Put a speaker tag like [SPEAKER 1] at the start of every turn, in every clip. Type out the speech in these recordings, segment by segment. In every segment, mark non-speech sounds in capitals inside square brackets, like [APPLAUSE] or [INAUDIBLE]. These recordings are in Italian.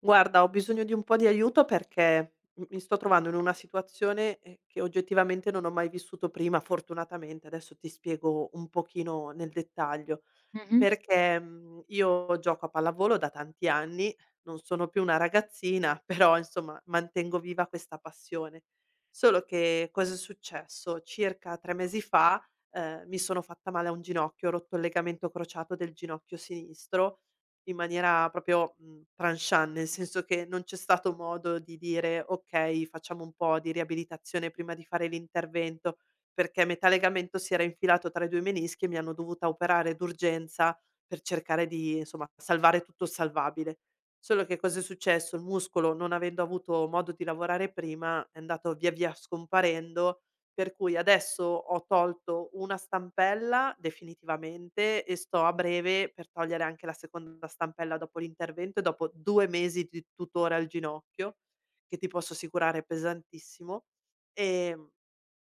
[SPEAKER 1] Guarda, ho bisogno di un po' di aiuto perché m mi sto trovando in una situazione, che oggettivamente non ho mai vissuto prima, fortunatamente. Adesso ti spiego un pochino nel dettaglio.
[SPEAKER 2] Mh-mh.
[SPEAKER 1] Perché, io gioco a pallavolo da tanti anni, non sono più una ragazzina, [LAUGHS] però insomma mantengo viva questa passione. Solo che cosa è successo? Circa 3 mesi fa, mi sono fatta male a un ginocchio, ho rotto il legamento crociato del ginocchio sinistro in maniera proprio, tranchant, nel senso che non c'è stato modo di dire: "Okay, facciamo un po' di riabilitazione prima di fare l'intervento", perché metà legamento si era infilato tra i 2 menischi e mi hanno dovuta operare d'urgenza per cercare di, insomma, salvare tutto il salvabile. Solo che cos'è successo: il muscolo, non avendo avuto modo di lavorare prima, è andato via via scomparendo, per cui adesso ho tolto una stampella definitivamente e sto a breve per togliere anche la seconda stampella dopo l'intervento e dopo 2 mesi di tutore al ginocchio, che ti posso assicurare è pesantissimo, ehm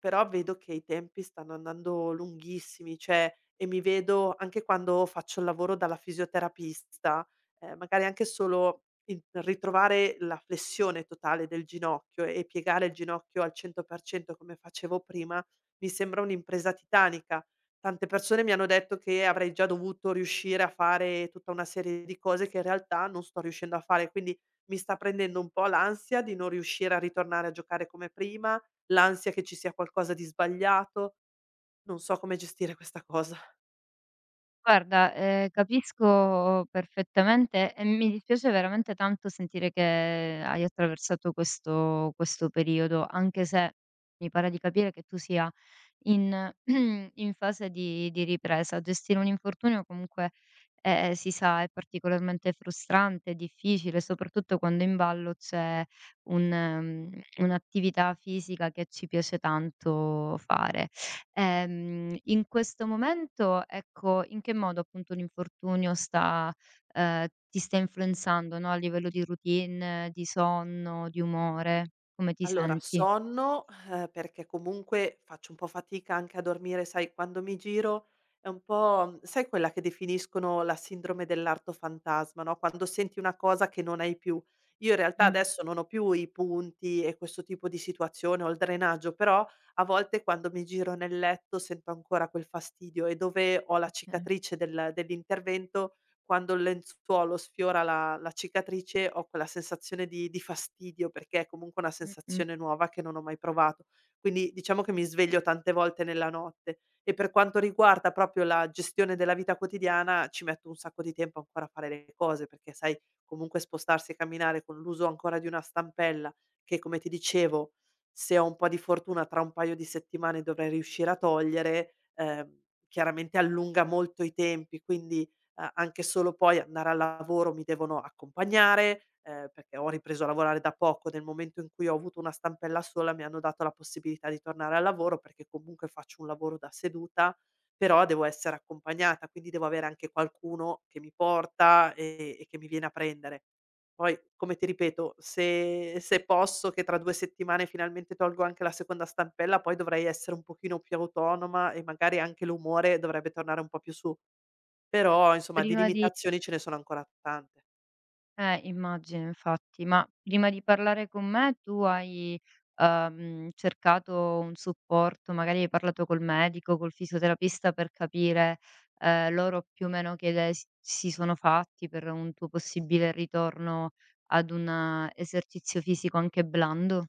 [SPEAKER 1] però vedo che i tempi stanno andando lunghissimi, cioè, e mi vedo anche quando faccio il lavoro dalla fisioterapista, magari anche solo il ritrovare la flessione totale del ginocchio e piegare il ginocchio al 100% come facevo prima, mi sembra un'impresa titanica. Tante persone mi hanno detto che avrei già dovuto riuscire a fare tutta una serie di cose che in realtà non sto riuscendo a fare, quindi mi sta prendendo un po' l'ansia di non riuscire a ritornare a giocare come prima, l'ansia che ci sia qualcosa di sbagliato, non so come gestire questa cosa.
[SPEAKER 2] Guarda, capisco perfettamente e mi dispiace veramente tanto sentire che hai attraversato questo periodo, anche se mi pare di capire che tu sia in [CLEARS THROAT] in fase di ripresa. Gestire un infortunio comunque, si sa, è particolarmente frustrante, difficile, soprattutto quando in ballo c'è un un'attività fisica che ci piace tanto fare. In questo momento, ecco, in che modo appunto l'infortunio sta ti sta influenzando, no, a livello di routine, di sonno, di umore? Come ti
[SPEAKER 1] Allora
[SPEAKER 2] senti?
[SPEAKER 1] sonno, perché comunque faccio un po' fatica anche a dormire, sai, quando mi giro è un po', sai, quella che definiscono la sindrome dell'arto fantasma, no, quando senti una cosa che non hai più. Io in realtà
[SPEAKER 2] Mh-mh,
[SPEAKER 1] adesso non ho più i punti e questo tipo di situazione, ho il drenaggio, però a volte quando mi giro nel letto sento ancora quel fastidio e dove ho la
[SPEAKER 2] okay.
[SPEAKER 1] cicatrice dell'intervento, quando il lenzuolo sfiora la cicatrice ho quella sensazione di fastidio, perché è comunque una
[SPEAKER 2] Mh-mh.
[SPEAKER 1] sensazione nuova che non ho mai provato. Quindi diciamo che mi sveglio tante volte nella notte e per quanto riguarda proprio la gestione della vita quotidiana ci metto un sacco di tempo ancora a fare le cose, perché sai, comunque spostarsi e camminare con l'uso ancora di una stampella che, come ti dicevo, se ho un po' di fortuna tra un paio di settimane dovrei riuscire a togliere, chiaramente allunga molto i tempi, quindi a anche solo poi andare al lavoro mi devono accompagnare, perché ho ripreso a lavorare da poco, nel momento in cui ho avuto una stampella sola mi hanno dato la possibilità di tornare al lavoro, perché comunque faccio un lavoro da seduta, però devo essere accompagnata, quindi devo avere anche qualcuno che mi porta, e che mi viene a prendere. Poi, come ti ripeto, se posso che tra 2 settimane finalmente tolgo anche la seconda stampella, poi dovrei essere un pochino più autonoma e magari anche l'umore dovrebbe tornare un po' più su. Però insomma di
[SPEAKER 2] Prima di
[SPEAKER 1] limitazioni ce ne sono ancora tante.
[SPEAKER 2] Immagino infatti, ma prima di parlare con me tu hai cercato un supporto, magari hai parlato col medico, col fisioterapista per capire, loro più o meno che idee s si sono fatti per un tuo possibile ritorno ad un esercizio fisico anche blando?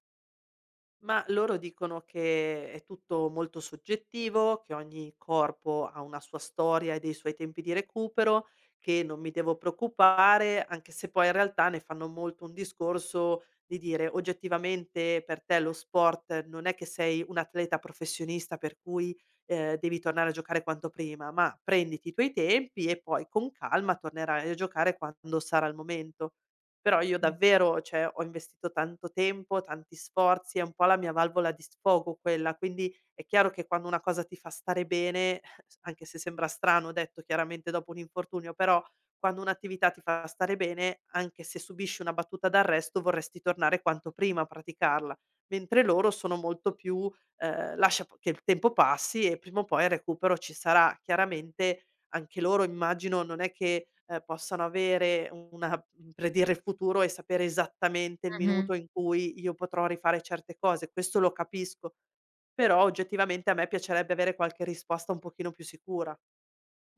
[SPEAKER 1] Ma loro dicono che è tutto molto soggettivo, che ogni corpo ha una sua storia e dei suoi tempi di recupero, che non mi devo preoccupare, anche se poi in realtà ne fanno molto un discorso di dire: "Oggettivamente per te lo sport non è che sei un atleta professionista per cui, devi tornare a giocare quanto prima, ma prenditi i tuoi tempi e poi con calma tornerai a giocare quando sarà il momento". Però io
[SPEAKER 2] Mh.
[SPEAKER 1] davvero, cioè, ho investito tanto tempo, tanti sforzi, è un po' la mia valvola di sfogo quella, quindi è chiaro che quando una cosa ti fa stare bene, [LAUGHS] anche se sembra strano detto chiaramente dopo un infortunio, però quando un'attività ti fa stare bene, anche se subisci una battuta d'arresto, vorresti tornare quanto prima a praticarla, mentre loro sono molto più, lascia p che il tempo passi e prima o poi il recupero ci sarà. Chiaramente anche loro, immagino, non è che, possano avere una [LAUGHS] predire il futuro e sapere esattamente il
[SPEAKER 2] Mh-mh.
[SPEAKER 1] minuto in cui io potrò rifare certe cose, questo lo capisco, però oggettivamente a me piacerebbe avere qualche risposta un pochino più sicura.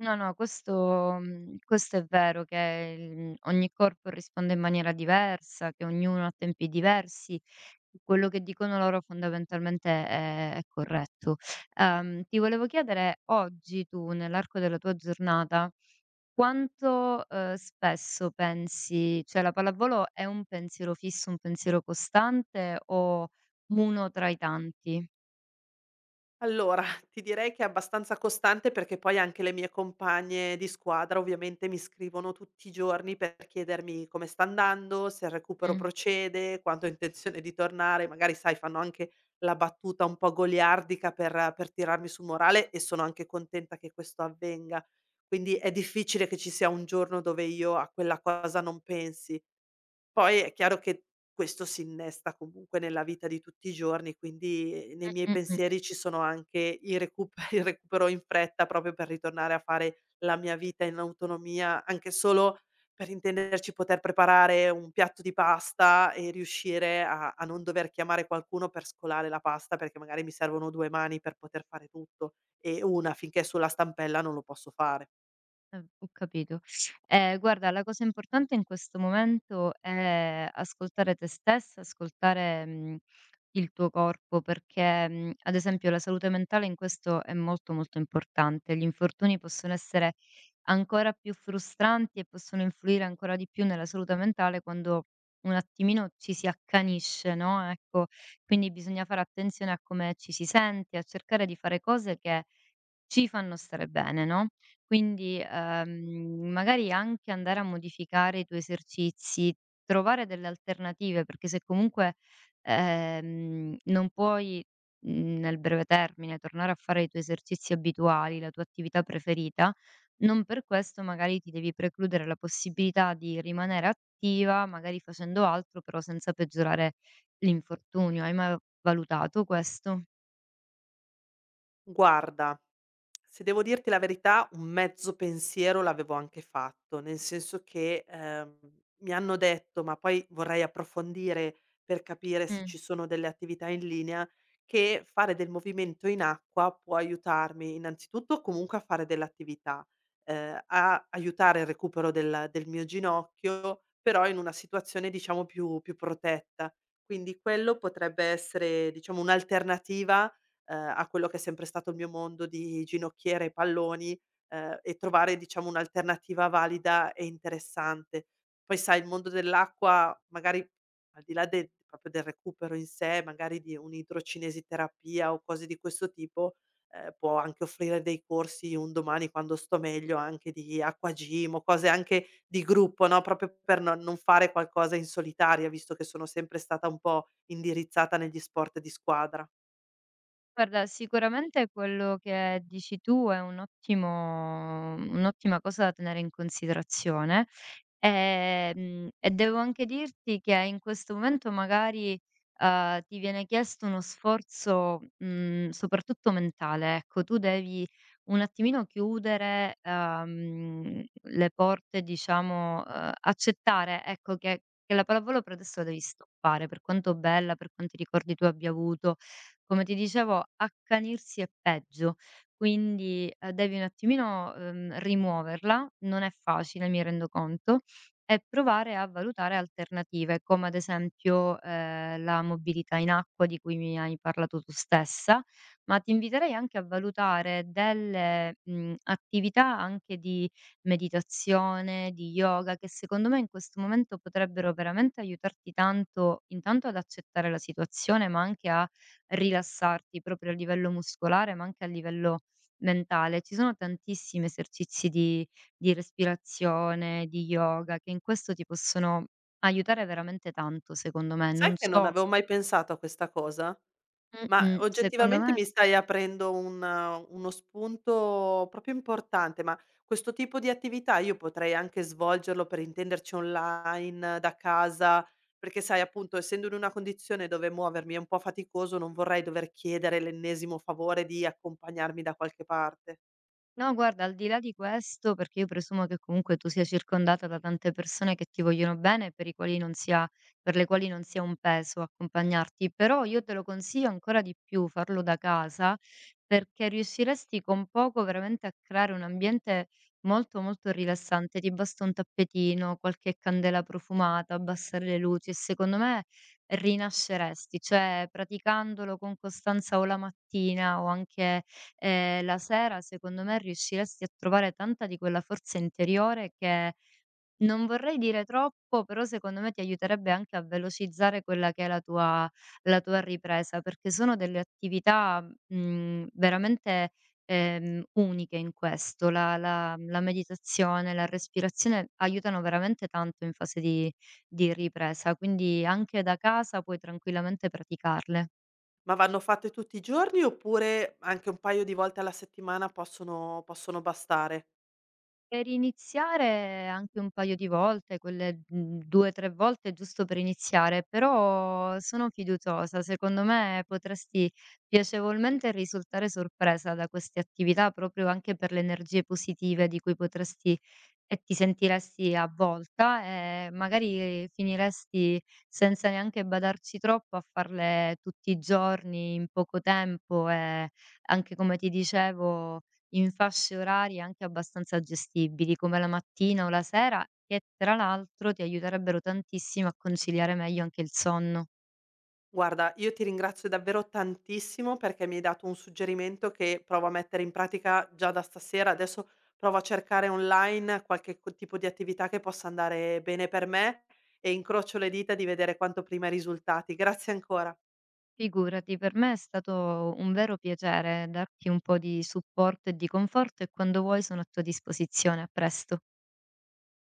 [SPEAKER 2] No, no, questo questo è vero che il ogni corpo risponde in maniera diversa, che ognuno ha tempi diversi. Quello che dicono loro fondamentalmente è corretto. Ti volevo chiedere oggi tu, nell'arco della tua giornata, quanto, spesso pensi cioè la pallavolo è un pensiero fisso, un pensiero costante o uno tra i tanti?
[SPEAKER 1] Allora, ti direi che è abbastanza costante, perché poi anche le mie compagne di squadra ovviamente mi scrivono tutti i giorni per chiedermi come sta andando, se il recupero
[SPEAKER 2] Mh.
[SPEAKER 1] procede, quando ho intenzione di tornare, magari sai fanno anche la battuta un po' goliardica per tirarmi su morale, e sono anche contenta che questo avvenga. Quindi è difficile che ci sia un giorno dove io a quella cosa non pensi. Poi è chiaro che questo si innesta comunque nella vita di tutti i giorni, quindi nei miei
[SPEAKER 2] Mh-mh-mh.
[SPEAKER 1] pensieri ci sono anche i recupe [LAUGHS] il recupero in fretta proprio per ritornare a fare la mia vita in autonomia, anche solo per intenderci poter preparare un piatto di pasta e riuscire a non dover chiamare qualcuno per scolare la pasta, perché magari mi servono 2 mani per poter fare tutto e 1 finché è sulla stampella non lo posso fare.
[SPEAKER 2] Ho capito. Guarda, la cosa importante in questo momento è ascoltare te stessa, ascoltare, il tuo corpo, perché, ad esempio la salute mentale in questo è molto, molto importante. Gli infortuni possono essere ancora più frustranti e possono influire ancora di più nella salute mentale quando un attimino ci si accanisce, no, ecco, quindi bisogna fare attenzione a come ci si sente, a cercare di fare cose che ci fanno stare bene, no, quindi, magari anche andare a modificare i tuoi esercizi, trovare delle alternative, perché se comunque, non puoi, nel breve termine tornare a fare i tuoi esercizi abituali, la tua attività preferita, non per questo magari ti devi precludere la possibilità di rimanere attiva, magari facendo altro, però senza peggiorare l'infortunio. Hai mai valutato questo?
[SPEAKER 1] Guarda, se devo dirti la verità, un mezzo pensiero l'avevo anche fatto, nel senso che, mi hanno detto, ma poi vorrei approfondire per capire se
[SPEAKER 2] Mh.
[SPEAKER 1] ci sono delle attività in linea, che fare del movimento in acqua può aiutarmi innanzitutto comunque a fare dell'attività, a aiutare il recupero del mio ginocchio, però in una situazione diciamo più protetta. Quindi quello potrebbe essere, diciamo, un'alternativa a quello che è sempre stato il mio mondo di ginocchiere e palloni, e trovare diciamo un'alternativa valida e interessante. Poi sai il mondo dell'acqua magari al di là de proprio del recupero in sé, magari di un'idrocinesi-terapia o cose di questo tipo, può anche offrire dei corsi un domani quando sto meglio anche di acqua gym o cose anche di gruppo, no, proprio per non fare qualcosa in solitaria, visto che sono sempre stata un po' indirizzata negli sport di squadra.
[SPEAKER 2] Guarda, sicuramente quello che dici tu è un ottimo un'ottima cosa da tenere in considerazione. E devo anche dirti che in questo momento magari, ti viene chiesto uno sforzo, soprattutto mentale, ecco. Tu devi un attimino chiudere, le porte diciamo, accettare, ecco, che la pallavolo per adesso la devi stoppare, per quanto bella, per quanti ricordi tu abbia avuto. Come ti dicevo, accanirsi è peggio, quindi, devi un attimino, rimuoverla. Non è facile, mi rendo conto, e provare a valutare alternative, come ad esempio, la mobilità in acqua di cui mi hai parlato tu stessa, ma ti inviterei anche a valutare delle, attività anche di meditazione, di yoga, che secondo me in questo momento potrebbero veramente aiutarti tanto, intanto ad accettare la situazione, ma anche a rilassarti proprio a livello muscolare, ma anche a livello mentale. Ci sono tantissimi esercizi di respirazione, di yoga, che in questo ti possono aiutare veramente tanto secondo me. Non
[SPEAKER 1] Sai che non
[SPEAKER 2] so
[SPEAKER 1] avevo mai pensato a questa cosa? Ma
[SPEAKER 2] mh-mh, secondo
[SPEAKER 1] oggettivamente
[SPEAKER 2] me
[SPEAKER 1] mi stai aprendo un uno spunto proprio importante, ma questo tipo di attività io potrei anche svolgerlo, per intenderci, online, da casa, perché sai, appunto, essendo in una condizione dove muovermi è un po' faticoso, non vorrei dover chiedere l'ennesimo favore di accompagnarmi da qualche parte.
[SPEAKER 2] No, guarda, al di là di questo, perché io presumo che comunque tu sia circondata da tante persone che ti vogliono bene e per le quali non sia un peso accompagnarti, però io te lo consiglio ancora di più farlo da casa perché riusciresti con poco veramente a creare un ambiente molto molto rilassante. Ti basta un tappetino, qualche candela profumata, abbassare le luci e secondo me rinasceresti, cioè praticandolo con costanza o la mattina o anche la sera secondo me riusciresti a trovare tanta di quella forza interiore che, non vorrei dire troppo, però secondo me ti aiuterebbe anche a velocizzare quella che è la tua ripresa, perché sono delle attività, veramente, uniche in questo. La meditazione, la respirazione aiutano veramente tanto in fase di ripresa, quindi anche da casa puoi tranquillamente praticarle.
[SPEAKER 1] Ma vanno fatte tutti i giorni oppure anche un paio di volte alla settimana possono bastare?
[SPEAKER 2] Per iniziare anche un paio di volte, quelle, 2, 3 volte giusto per iniziare, però sono fiduciosa. Secondo me potresti piacevolmente risultare sorpresa da queste attività, proprio anche per le energie positive di cui potresti e ti sentiresti avvolta e magari finiresti senza neanche badarci troppo a farle tutti i giorni in poco tempo e anche come ti dicevo in fasce orarie anche abbastanza gestibili, come la mattina o la sera, che tra l'altro ti aiuterebbero tantissimo a conciliare meglio anche il sonno.
[SPEAKER 1] Guarda, io ti ringrazio davvero tantissimo perché mi hai dato un suggerimento che provo a mettere in pratica già da stasera. Adesso provo a cercare online tipo di attività che possa andare bene per me e incrocio le dita di vedere quanto prima i risultati. Grazie ancora.
[SPEAKER 2] Figurati, per me è stato un vero piacere darti un po' di supporto e di conforto e quando vuoi sono a tua disposizione. A presto.